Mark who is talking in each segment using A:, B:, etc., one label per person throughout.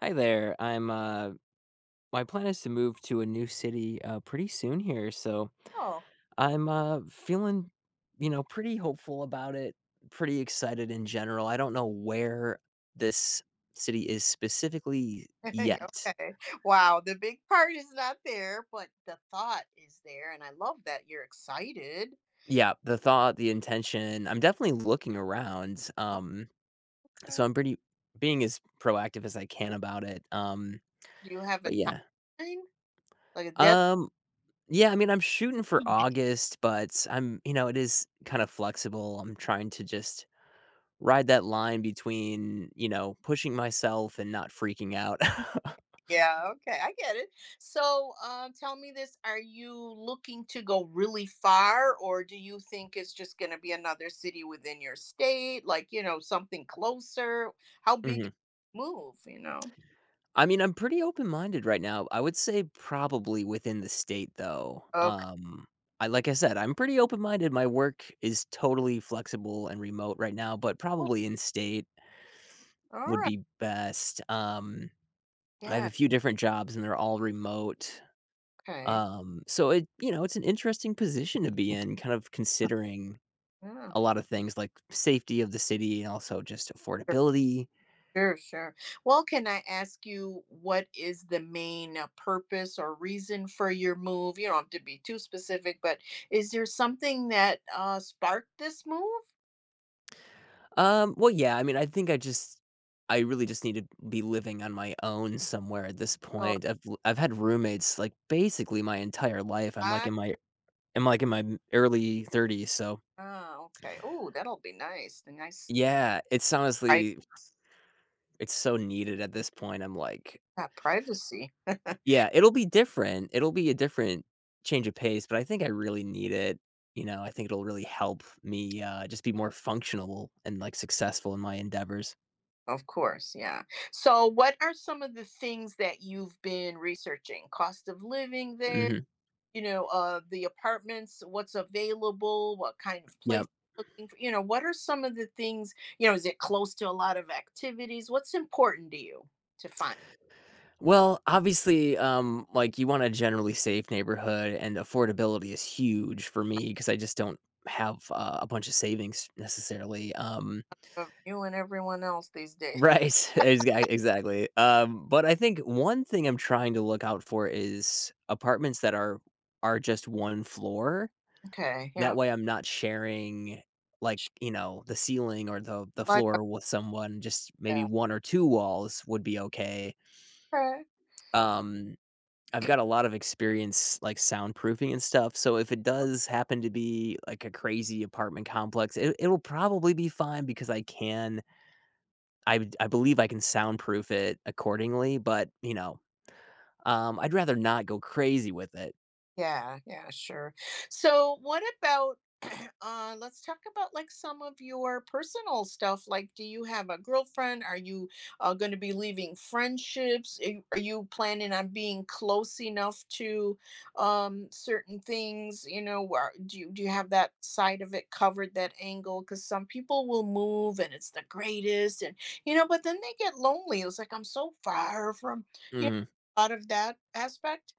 A: Hi there. I'm my plan is to move to a new city pretty soon here, so
B: Oh,
A: I'm feeling, you know, pretty hopeful about it, pretty excited in general. I don't know where this city is specifically
B: yeah,
A: yet.
B: okay. Wow, the big part is not there, but the thought is there, and I love that you're excited.
A: Yeah, the thought, the intention. I'm definitely looking around.
B: Oh, okay.
A: So I'm pretty being as proactive as I can about it.
B: Do you have a
A: But yeah.
B: timeline? Like a deadline?
A: Um Yeah, I mean, I'm shooting for
B: Mhm.
A: August, but I'm, you know, it is kind of flexible. I'm trying to just ride that line between, you know, pushing myself and not freaking out.
B: Yeah, okay, I get it. So, tell me this, are you looking to go really far, or do you think it's just going to be another city within your state, like, you know, something closer? How big
A: Mhm.
B: is the move, you know?
A: I mean, I'm pretty open-minded right now. I would say probably within the state though.
B: Okay.
A: I said, I'm pretty open-minded. My work is totally flexible and remote right now, but probably in state
B: All
A: would
B: right.
A: be best. I have
B: Yeah,
A: a few different jobs and they're all remote.
B: okay.
A: So it You know, it's an interesting position to be in, kind of considering
B: Yeah.
A: a lot of things like safety of the city and also just affordability.
B: Sure, sure. Well, can I ask you what is the main purpose or reason for your move? You don't have to be too specific, but is there something that sparked this move?
A: Well, yeah, I mean, I really just need to be living on my own somewhere at this
B: Oh,
A: point. I've had roommates like basically my entire life.
B: I,
A: I'm like in my early 30s, so
B: ah, okay. Oh, that'll be nice. The nice
A: yeah,
B: pri-
A: it's so needed at this point. I'm like
B: privacy.
A: Yeah, it'll be different. It'll be a different change of pace, but I think I really need it. You know, I think it'll really help me, just be more functional and, like, successful in my endeavors.
B: Of course, yeah. So, what are some of the things that you've been researching? Cost of living there?
A: Mhm.
B: You know, the apartments, what's available, what kind of place
A: Yep.
B: you're looking for, you know, what are some of the things, you know, is it close to a lot of activities? What's important to you to find
A: Well, obviously, like, you want a generally safe neighborhood, and affordability is huge for me because I just don't have, a bunch of savings necessarily.
B: of you and everyone else these days?
A: Right, exactly, but I think one thing I'm trying to look out for is apartments that are just one floor,
B: Okay,
A: that
B: yeah,
A: way I'm not sharing, like, you know, the ceiling or the
B: like
A: floor with someone, just maybe
B: that.
A: one or two walls would be okay.
B: Okay.
A: um, I've got a lot of experience, like, soundproofing and stuff, so if it does happen to be, like, a crazy apartment complex, it'll probably be fine because I believe I can soundproof it accordingly, but, you know, I'd rather not go crazy with it.
B: Yeah, yeah, sure. So what about let's talk about like some of your personal stuff. Like do you have a girlfriend? Are you going to be leaving friendships? Are you planning on being close enough to certain things, you know, where do you have that side of it covered that angle cuz some people will move and it's the greatest and you know, but then they get lonely. It's like I'm so far from you
A: Mhm.
B: know out of that aspect.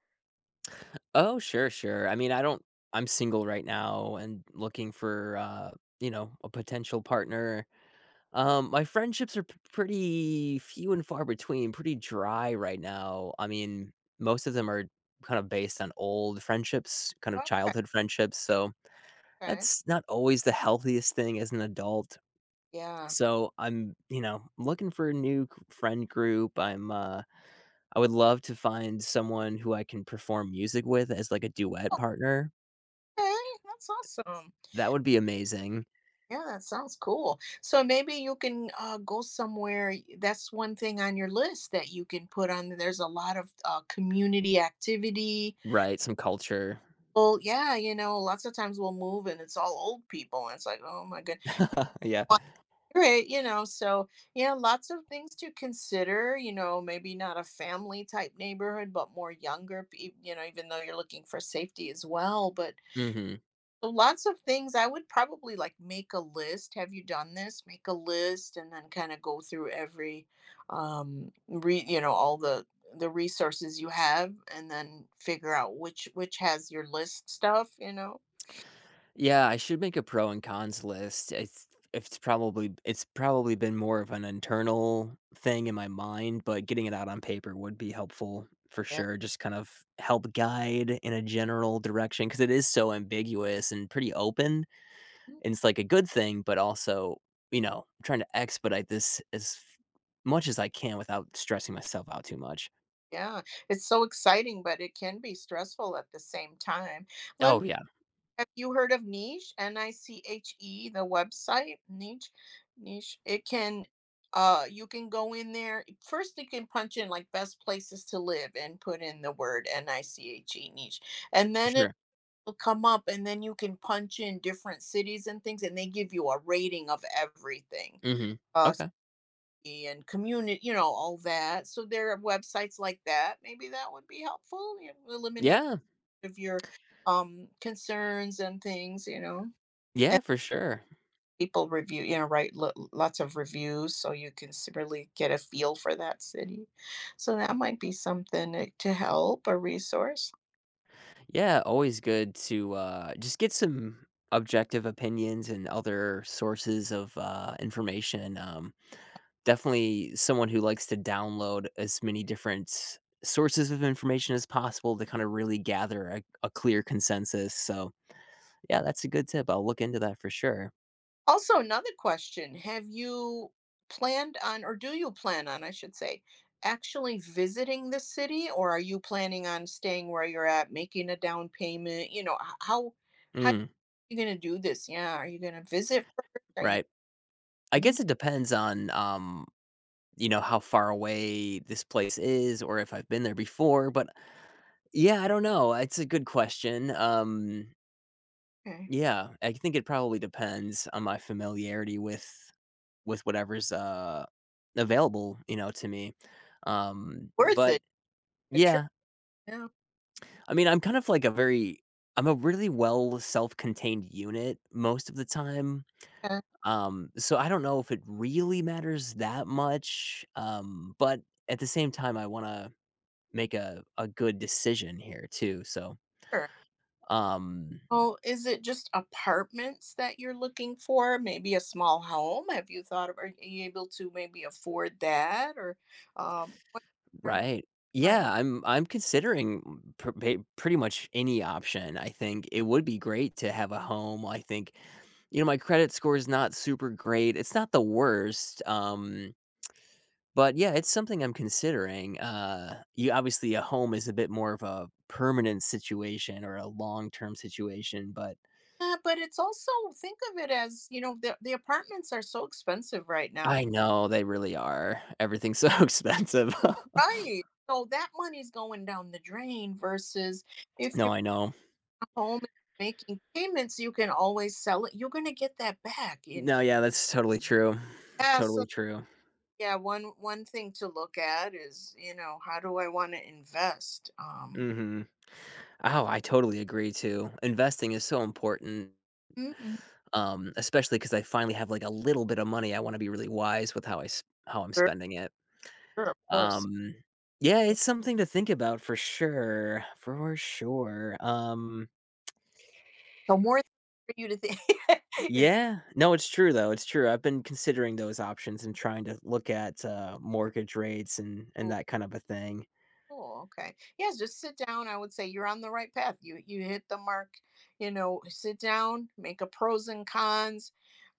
A: Oh, sure, sure. I mean, I don't I'm single right now and looking for, you know, a potential partner. My friendships are p pretty few and far between, pretty dry right now. I mean, most of them are kind of based on old friendships, kind of childhood friendships, so
B: Okay.
A: that's not always the healthiest thing as an adult.
B: Yeah.
A: So I'm, you know, looking for a new friend group. I would love to find someone who I can perform music with as like a duet partner.
B: Okay, that's awesome.
A: That would be amazing.
B: Yeah, that sounds cool. So maybe you can go somewhere. That's one thing on your list that you can put on there. There's a lot of community activity.
A: Right, some culture.
B: Well, yeah, you know, lots of times we'll move and it's all old people. And it's like, oh my goodness.
A: Yeah.
B: Right, you know, so yeah, lots of things to consider. You know, maybe not a family type neighborhood, but more younger. You know, even though you're looking for safety as well, but
A: Mhm.
B: so lots of things. I would probably like make a list. Have you done this? Make a list and then kind of go through every, re you know, all the resources you have, and then figure out which has your list stuff, you know?
A: Yeah, I should make a pro and cons list. It's probably been more of an internal thing in my mind, but getting it out on paper would be helpful for
B: And
A: sure. Just kind of help guide in a general direction because it is so ambiguous and pretty open. And it's like a good thing, but also, you know, I'm trying to expedite this as much as I can without stressing myself out too much.
B: yeah, it's so exciting, but it can be stressful at the same time. Let
A: Oh,
B: me.
A: yeah,
B: Have you heard of Niche? Niche, the website, Niche, Niche. It can, you can go in there. First, you can punch in like best places to live and put in the word Niche, Niche, and
A: for
B: then it
A: sure.
B: will come up, and then you can punch in different cities and things, and they give you a rating of everything,
A: Mhm.
B: uh,
A: Okay.
B: city and community, you know, all that. So there are websites like that. Maybe that would be helpful. You know, eliminate
A: Yeah.
B: of your concerns and things, you know.
A: Yeah,
B: And
A: for sure.
B: people review, you know, write lots of reviews so you can really get a feel for that city. So that might be something to help, a resource.
A: Yeah, always good to, just get some objective opinions and other sources of, information. Definitely someone who likes to download as many different sources of information as possible to kind of really gather a clear consensus, so yeah, that's a good tip. I'll look into that for sure.
B: Also, another question. Have you planned on, or do you plan on, I should say, actually visiting the city, or are you planning on staying where you're at, making a down payment? You know, how are
A: Mm,
B: you going to do this? Yeah. Are you going to visit first? Are you,
A: right. I
B: mm,
A: guess it depends on you know, how far away this place is or if I've been there before, but yeah, I don't know. It's a good question.
B: okay.
A: Yeah, I think it probably depends on my familiarity with whatever's available, you know, to me.
B: Worth
A: But
B: it? A trip?
A: Yeah,
B: Yeah.
A: I mean, I'm kind of like a very I'm a really well self-contained unit most of the time.
B: Okay,
A: So I don't know if it really matters that much, but at the same time, I want to make a good decision here too. So,
B: sure.
A: um,
B: Oh, is it just apartments that you're looking for? Maybe a small home? Have you thought of, are you able to maybe afford that or what are-
A: right.
B: fine.
A: Yeah, I'm considering pretty much any option. I think it would be great to have a home. I think you know my credit score is not super great. It's not the worst. But yeah, it's something I'm considering. You Obviously a home is a bit more of a permanent situation or a long-term situation, but
B: Yeah, but it's also think of it as, you know, the apartments are so expensive right now.
A: I know they really are. Everything's so expensive.
B: Right. So that money's going down the drain versus if
A: No,
B: you're
A: I know.
B: at home and making payments, you can always sell it. You're gonna get that back, you know.
A: No, yeah, that's totally true.
B: Yeah, so
A: Totally true.
B: yeah, one thing to look at is, you know, how do I want to invest?
A: Mhm. Oh, I totally agree too. Investing is so important,
B: Mm,
A: especially because I finally have, like, a little bit of money. I wanna be really wise with how I'm
B: sure,
A: spending it.
B: sure, of course.
A: Um, yeah, it's something to think about for sure, for sure.
B: So more for you to think is
A: Yeah. No, it's true though, it's true. I've been considering those options and trying to look at, mortgage rates and
B: cool.
A: that kind of a thing.
B: Cool, okay. Yes, just sit down. I would say you're on the right path. You hit the mark. You know, sit down, make a pros and cons.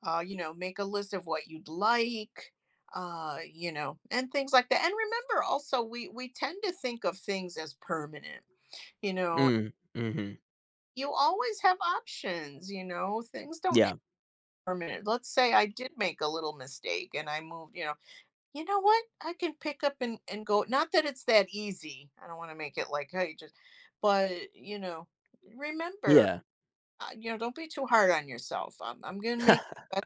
B: You know, make a list of what you'd like. You know, and things like that. And remember, also, we tend to think of things as permanent. You know,
A: Mm, mhm.
B: you always have options, you know, things don't
A: Yeah,
B: permanent. Let's say I did make a little mistake and I moved, you know what? I can pick up and go. Not that it's that easy. I don't want to make it like, hey, just, but, you know, remember,
A: yeah.
B: you know, don't be too hard on yourself. I'm going to make the best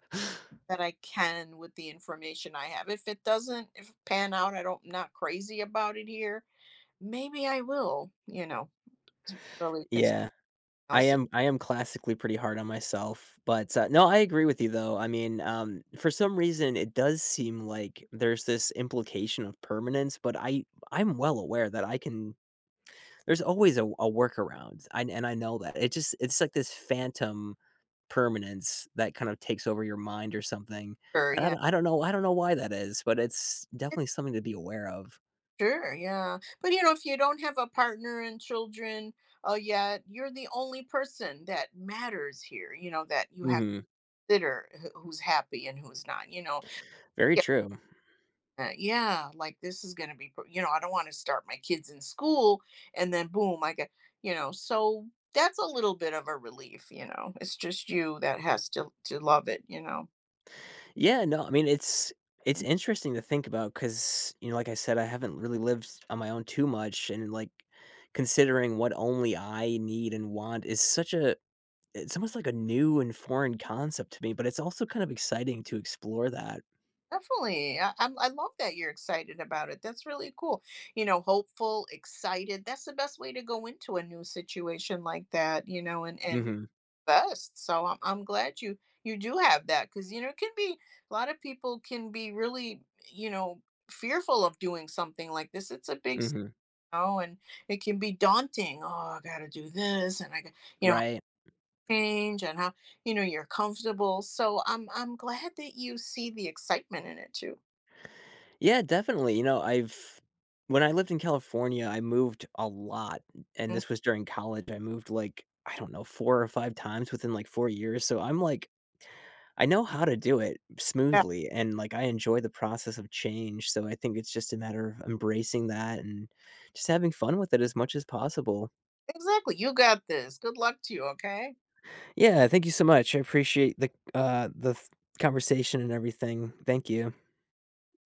B: that I can with the information I have. If it doesn't if it pan out, I don't, not crazy about it here. Maybe I will, you know, really
A: Yeah.
B: consider.
A: I am classically pretty hard on myself, but, no, I agree with you though. I mean, for some reason, it does seem like there's this implication of permanence, but I'm well aware that I can there's always a workaround, I know that. It just it's like this phantom permanence that kind of takes over your mind or something, and
B: Yeah.
A: I don't know why that is, but it's definitely something to be aware of.
B: Sure, yeah. But you know, if you don't have a partner and children yet, you're the only person that matters here, you know, that you have to
A: Mhm.
B: consider who's happy and who's not. You know,
A: Very true.
B: yeah, like this is going to be, you know, I don't want to start my kids in school and then boom, I get, you know, so that's a little bit of a relief, you know. It's just you that has to love it, you know.
A: Yeah, no, I mean, it's
B: Mm.
A: interesting to think about because, you know, like I said, I haven't really lived on my own too much, and, like, considering what only I need and want is such a it's almost like a new and foreign concept to me, but it's also kind of exciting to explore that.
B: Definitely. I love that you're excited about it. That's really cool. You know, hopeful, excited. That's the best way to go into a new situation like that, you know, and
A: Mhm.
B: best. So I'm glad you, you do have that because, you know, it can be a lot of people can be really, you know, fearful of doing something like this. It's a big, s-
A: Mhm.
B: you know, and it can be daunting. Oh, I got to do this and I got, you know,
A: Right.
B: change and how, you know, you're comfortable. So I'm glad that you see the excitement in it too.
A: Yeah, definitely. You know, I've When I lived in California, I moved a lot, and
B: Mhm.
A: this was during college. I moved like, I don't know, 4 or 5 times within like 4 years. So I'm like, I know how to do it smoothly and like I enjoy the process of change. So I think it's just a matter of embracing that and just having fun with it as much as possible.
B: Exactly, you got this. Good luck to you, okay?
A: Yeah, thank you so much. I appreciate the conversation and everything. Thank you.